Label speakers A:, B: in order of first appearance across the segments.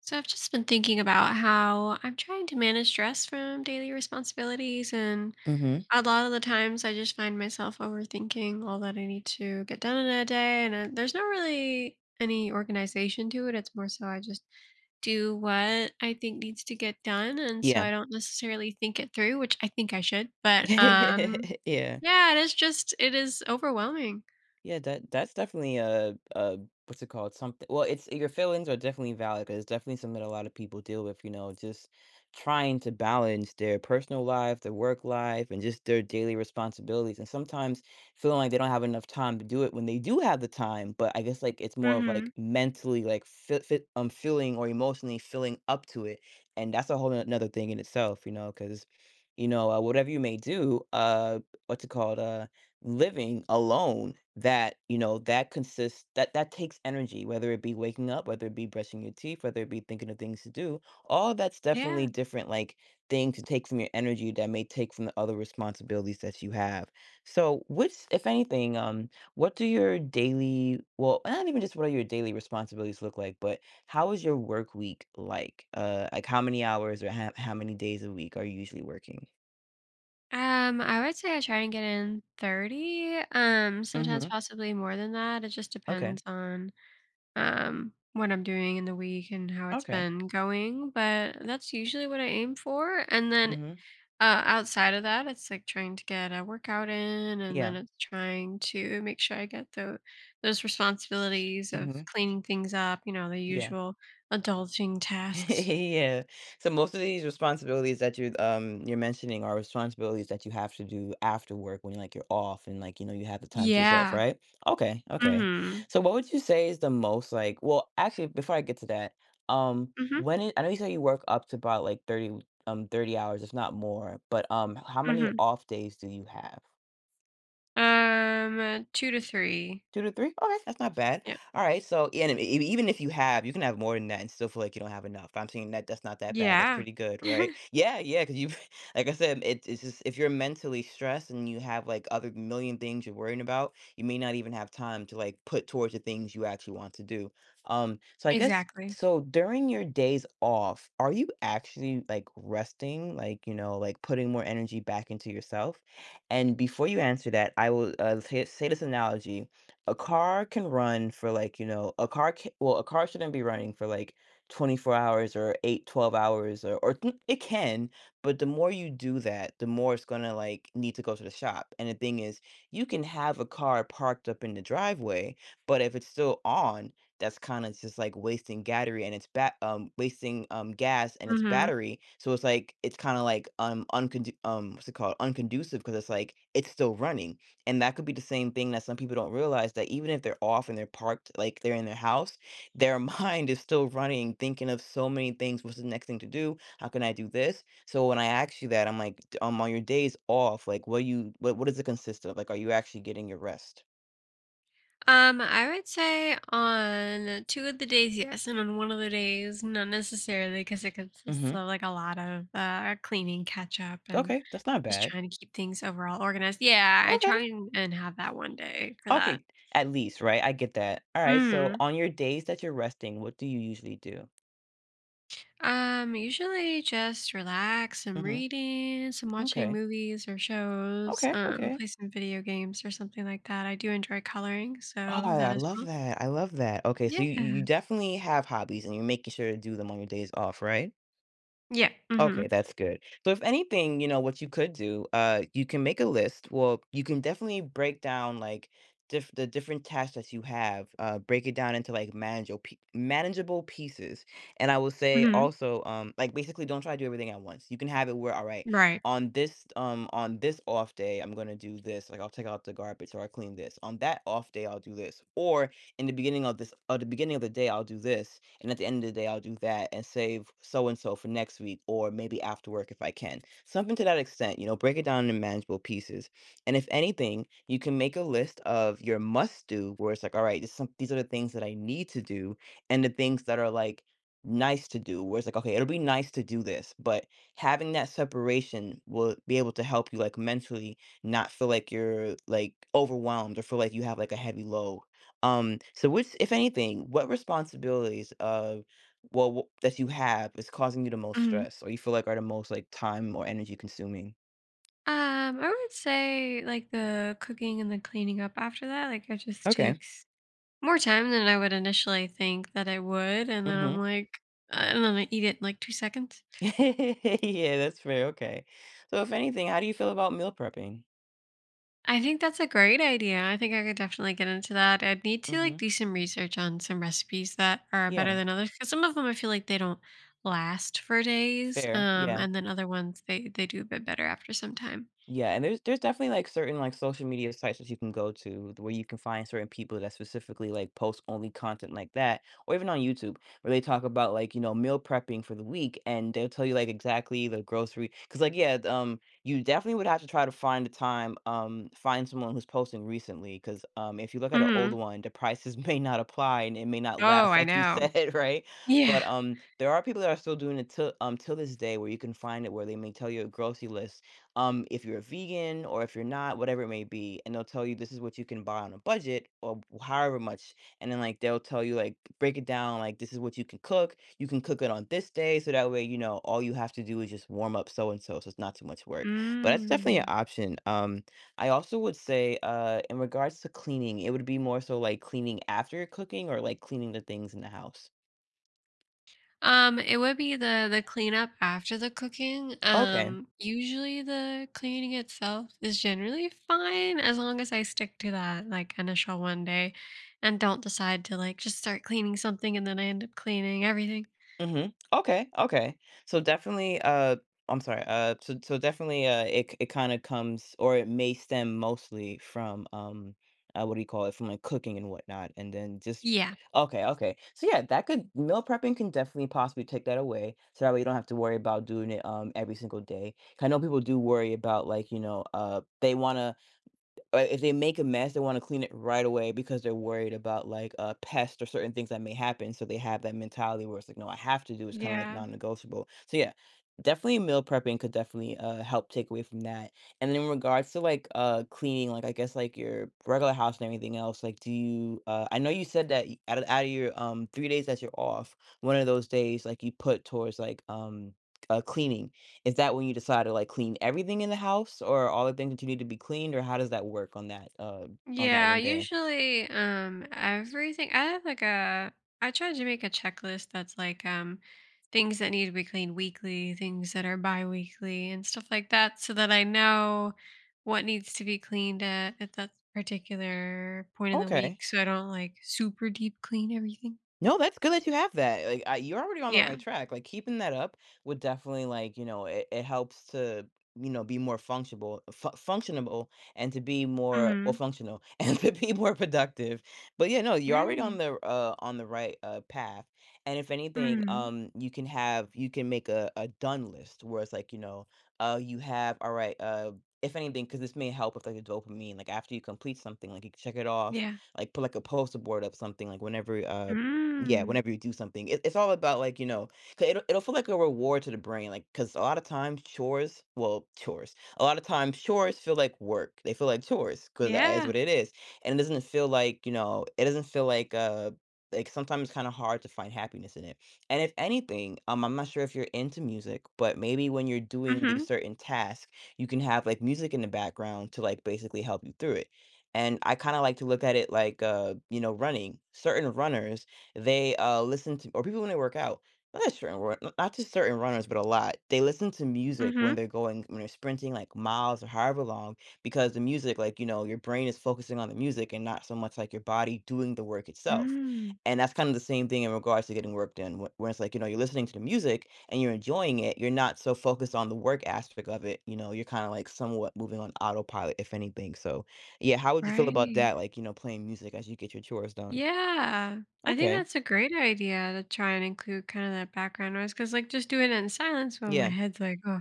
A: So I've just been thinking about how I'm trying to manage stress from daily responsibilities, and
B: Mhm.
A: a lot of the times I just find myself overthinking all that I need to get done in a day, and there's not really any organization to it. It's more so I just do what I think needs to get done, and so
B: Yeah.
A: I don't necessarily think it through, which I think I should, but
B: Yeah.
A: yeah, it is overwhelming.
B: Yeah, that's definitely a what's it called? Something. Well, it's your feelings are definitely valid, because it's definitely something that a lot of people deal with. You know, just trying to balance their personal life, their work life, and just their daily responsibilities, and sometimes feeling like they don't have enough time to do it when they do have the time. But I guess, like, it's more of
A: Mm-hmm.
B: like mentally like fit, fit feeling, or emotionally filling up to it, and that's a whole no, another thing in itself. You know, because whatever you may do, what's it called? Living alone, that you know that consists that that takes energy, whether it be waking up, whether it be brushing your teeth, whether it be thinking of things to do. All that's definitely
A: Yeah.
B: different, like, thing to take from your energy that may take from the other responsibilities that you have. So, which, if anything, what do your daily, not even, just what are your daily responsibilities look like, but how is your work week like? Like, how many hours, or how many days a week are you usually working?
A: I would say I try and get in 30, sometimes
B: Mm-hmm.
A: possibly more than that. It just
B: Okay.
A: depends on what I'm doing in the week and how it's
B: Okay.
A: been going, but that's usually what I aim for. And then
B: Mm-hmm.
A: outside of that, it's like trying to get a workout in and
B: Yeah.
A: then it's trying to make sure I get the those responsibilities of cleaning things up, you know, the
B: Yeah.
A: usual adulting tasks.
B: Yeah. So, most of these responsibilities that you're mentioning are responsibilities that you have to do after work, when, like, you're off and, like, you know, you have the time to yourself,
A: Yeah.
B: right? Okay, okay.
A: Mhm.
B: So what would you say is the most, like, well, actually, before I get to that,
A: Mhm.
B: when it, I know you said you work up to about like 30 30 hours, if not more, but how many
A: Mhm.
B: off days do you have?
A: 2 to 3.
B: Two to three? Okay, that's not bad.
A: Yeah,
B: All right, so yeah, and even if you have, you can have more than that and still feel like you don't have enough. I'm saying that that's not that bad. That's
A: yeah.
B: pretty good, right? Yeah, yeah, because you, like I said, it's just, if you're mentally stressed and you have like other million things you're worrying about, you may not even have time to, like, put towards the things you actually want to do. So I guess,
A: Exactly.
B: so during your days off, are you actually, like, resting, like, you know, like, putting more energy back into yourself? And before you answer that, I will say this analogy. A car can run for, like, you know, a car ca well, a car shouldn't be running for like 24 hours, or 8, 12 hours, or th it can, but the more you do that, the more it's gonna, like, need to go to the shop. And the thing is, you can have a car parked up in the driveway, but if it's still on, that's kinda just, like, wasting battery, and it's bat wasting, gas and its
A: Mhm.
B: battery. So it's, like, it's kinda like, uncondi what's it called? Unconducive, because it's like, it's still running. And that could be the same thing, that some people don't realize that, even if they're off and they're parked, like, they're in their house, their mind is still running, thinking of so many things. What's the next thing to do? How can I do this? So when I ask you that, I'm like, on your days off, like, what do you, what does it consist of? Like, are you actually getting your rest?"
A: I would say on 2 of the days, yes, and on 1 of the days, not necessarily because it consists
B: Hmm.
A: of, like, a lot of, cleaning, catch up, and
B: Okay, that's not
A: just
B: bad.
A: trying to keep things overall organized. Yeah, I
B: Okay,
A: try and have that one day for that.
B: okay, at least, right? I get that. All right. So
A: Mhm.
B: on your days that you're resting, what do you usually do?
A: Usually just relax, some
B: Hmm.
A: reading, some watching
B: Okay,
A: movies or shows,
B: okay, okay.
A: play some video games or something like that. I do enjoy coloring,
B: Oh,
A: so that
B: I
A: as
B: love
A: well.
B: that. I love that. Okay, so
A: Yeah.
B: you definitely have hobbies, and you're making sure to do them on your days off, right?
A: Yeah. Mm-hmm.
B: Okay, that's good. So if anything, you know, what you could do, you can make a list. Well, you can definitely break down, like, diff the different tasks that you have, break it down into like manageable pieces. And I will say
A: Mm-hmm.
B: also, like, basically, don't try to do everything at once. You can have it where, all right,
A: Right.
B: on this off day, I'm going to do this, like, I'll take out the garbage, or I clean this. On that off day, I'll do this, or in the beginning of this at the beginning of the day I'll do this, and at the end of the day I'll do that, and save so and so for next week, or maybe after work if I can. Something to that extent. You know, break it down into manageable pieces. And if anything, you can make a list of your must do where it's like, all right, these are the things that I need to do, and the things that are, like, nice to do, where it's like, okay, it'll be nice to do this, but having that separation will be able to help you, like, mentally not feel like you're, like, overwhelmed, or feel like you have, like, a heavy load. Um, so, which, if anything, what responsibilities of well, w that you have is causing you the most
A: Mm-hmm.
B: stress, or you feel like are the most, like, time or energy consuming?
A: I would say like the cooking and the cleaning up after that, like it just
B: Okay.
A: takes more time than I would initially think that it would. And then
B: Mhm.
A: and then I eat it in like two seconds.
B: Yeah, that's fair, okay. So if anything, how do you feel about meal prepping?
A: I think that's a great idea. I think I could definitely get into that. I'd need to like
B: Mhm.
A: do some research on some recipes that are better
B: Yeah.
A: than others because some of them I feel like they don't last for days.
B: Fair, yeah.
A: And then other ones they do a bit better after some time.
B: Yeah, and there's definitely, like, certain, like, social media sites that you can go to where you can find certain people that specifically, like, post only content like that, or even on YouTube, where they talk about, like, you know, meal prepping for the week, and they'll tell you, like, exactly the grocery, because, like, yeah, the, you definitely would have to try to find the time, find someone who's posting recently, because if you look at
A: Hmm.
B: an old
A: Hmm.
B: one, the prices may not apply, and it may not
A: Oh,
B: last,
A: I
B: like you
A: know.
B: said, right?
A: Yeah.
B: But, there are people that are still doing it till till this day, where you can find it, where they may tell you a grocery list, if you're a vegan or if you're not, whatever it may be, and they'll tell you this is what you can buy on a budget or however much, and then, like, they'll tell you, like, break it down, like, this is what you can cook. You can cook it on this day, so that way, you know, all you have to do is just warm up so and so, so it's not too much work. But that's definitely an
A: Mm.
B: option. I also would say, in regards to cleaning, it would be more so, like, cleaning after cooking, or like cleaning the things in the house.
A: It would be the cleanup after the cooking.
B: Okay.
A: Usually the cleaning itself is generally fine as long as I stick to that like initial one day and don't decide to like just start cleaning something and then I end up cleaning everything.
B: Mhm. Okay, okay. So definitely, I'm sorry. So definitely, it kind of comes, or it may stem mostly from what do you call it? From, like, cooking and whatnot, and then just,
A: Yeah.
B: okay, okay. So yeah, that could, meal prepping can definitely possibly take that away, so that way you don't have to worry about doing it every single day. I know people do worry about, like, you know, uh, they want to, or if they make a mess, they want to clean it right away, because they're worried about, like, pests or certain things that may happen. So they have that mentality where it's like, no, I have to do. It's kind of like
A: Yeah.
B: non-negotiable. So yeah, definitely meal prepping could definitely, help take away from that. And then in regards to like, cleaning, like, I guess, like, your regular house and everything else, like, do you? I know you said that out of your 3 days that you're off, one of those days, like, you put towards like, um, cleaning. Is that when you decide to, like, clean everything in the house, or all the things that you need to be cleaned, or how does that work on that
A: Yeah,
B: one day?
A: usually everything I have like a I try to make a checklist that's like things that need to be cleaned weekly, things that are bi-weekly and stuff like that so that I know what needs to be cleaned at that particular point in the week
B: Okay.
A: so I don't like super deep clean everything.
B: No, that's good that you have that. Like, I, you're already on the
A: Yeah.
B: right track. Like, keeping that up would definitely, like, you know, it helps to, you know, be more functional, functionable, and to be more,
A: Mhm.
B: functional, and to be more productive. But yeah, no, you're already
A: Right.
B: on the right path. And if anything,
A: Mhm.
B: you can have, you can make a done list where it's like, you know, you have, all right. If anything, because this may help with like the dopamine, like after you complete something, like you can check it off,
A: Yeah.
B: like put like a poster board up something, like whenever yeah,
A: Mm.
B: whenever you do something, it's all about, like, you know 'cause it'll feel like a reward to the brain, like because a lot of times chores well, chores a lot of times chores feel like work. They feel like chores because that is
A: Yeah.
B: what it is, and it doesn't feel like, you know it doesn't feel like, sometimes it's kinda hard to find happiness in it, and if anything, I'm not sure if you're into music, but maybe when you're doing these
A: Mhm.
B: certain tasks, you can have, like, music in the background to, like, basically help you through it, and I kinda like to look at it like, you know, running. Certain runners they, listen to or people when they work out, not a certain run n not just certain runners, but a lot. They listen to music when
A: Mhm.
B: they're going when they're sprinting, like, miles or however long because the music, like, you know, your brain is focusing on the music and not so much, like, your body doing the work itself.
A: Mm.
B: And that's kinda the same thing in regards to getting work done, wh where it's like, you know, you're listening to the music and you're enjoying it, you're not so focused on the work aspect of it, you know, you're kinda, like, somewhat moving on autopilot, if anything. So, yeah, how would you feel about
A: Right.
B: that, like, you know, playing music as you get your chores done?
A: Yeah. I think
B: Okay.
A: that's a great idea to try and include kind of that background noise because, like, just doing it in silence while my
B: Yeah.
A: head's like, oh,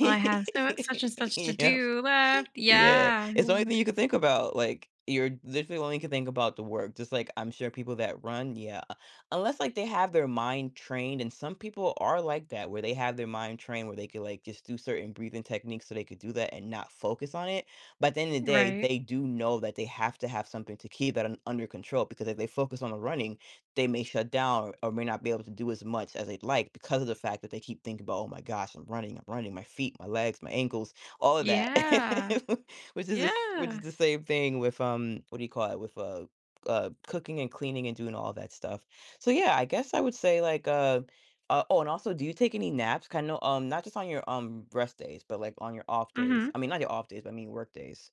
A: well, I have so such and such to
B: Yep.
A: do left.
B: Yeah.
A: Yeah.
B: It's the
A: Yeah.
B: only thing you could think about, like, you're literally only can think about the work, just like I'm sure people that run, yeah. Unless, like, they have their mind trained, and some people are like that, where they have their mind trained where they could, like, just do certain breathing techniques so they could do that and not focus on it, but at the end of the day,
A: Right.
B: they do know that they have to have something to keep that un under control because if they focus on the running, they may shut down or may not be able to do as much as they'd like because of the fact that they keep thinking about, oh my gosh, I'm running, my feet, my legs, my ankles, all of that.
A: Yeah.
B: Which
A: Yeah.
B: is the same thing with what do you call it? With cooking and cleaning and doing all that stuff. So yeah, I guess I would say like oh, and also, do you take any naps? Kind of not just on your rest days, but like on your off
A: Mm-hmm.
B: days. I mean, not your off days, but I mean work days.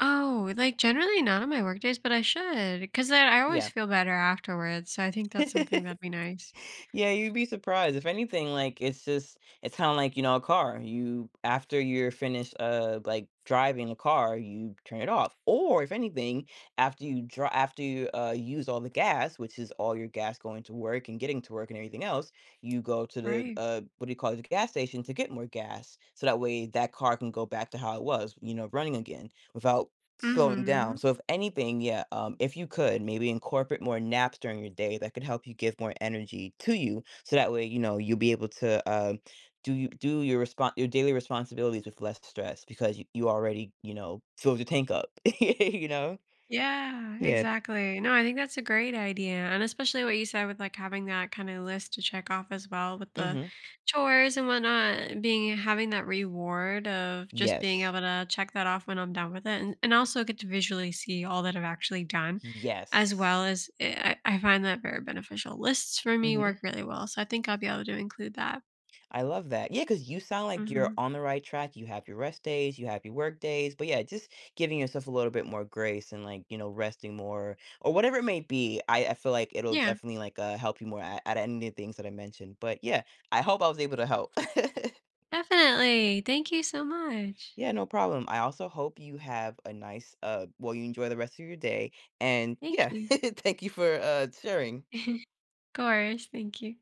A: Oh, like generally not on my work days, but I should because then I always
B: Yeah.
A: feel better afterwards. So I think that's something that'd be nice.
B: Yeah, you'd be surprised. If anything, like it's just it's kind of like, you know, a car. You after you're finished like driving the car, you turn it off. Or if anything, after you drive after you use all the gas, which is all your gas going to work and getting to work and everything else, you go to the
A: Right.
B: what do you call it, the gas station to get more gas. So that way that car can go back to how it was, you know, running again without slowing
A: Mm-hmm.
B: down. So if anything, yeah, if you could, maybe incorporate more naps during your day that could help you give more energy to you. So that way, you know, you'll be able to do you do your respon your daily responsibilities with less stress because you already, you know, filled your tank up. you know?
A: Yeah,
B: Yeah.
A: exactly. No, I think that's a great idea. And especially what you said with like having that kind of list to check off as well with the
B: Hmm.
A: chores and whatnot, being having that reward of just being
B: Yes.
A: able to check that off when I'm done with it and also get to visually see all that I've actually done as
B: Yes.
A: well as I find that very beneficial. Lists for me
B: Hmm.
A: work really well. So I think I'll be able to include that.
B: I love that. Yeah, because you sound like you're
A: Hmm.
B: on the right track. You have your rest days, you have your work days, but yeah, just giving yourself a little bit more grace and like, you know, resting more or whatever it may be. I feel like it'll
A: Yeah,
B: definitely like help you more at any of the things that I mentioned. But yeah, I hope I was able to help.
A: definitely. Thank you so much.
B: Yeah, no problem. I also hope you have a nice well, you enjoy the rest of your day and
A: Thank
B: yeah,
A: you.
B: thank you for sharing.
A: of course. Thank you.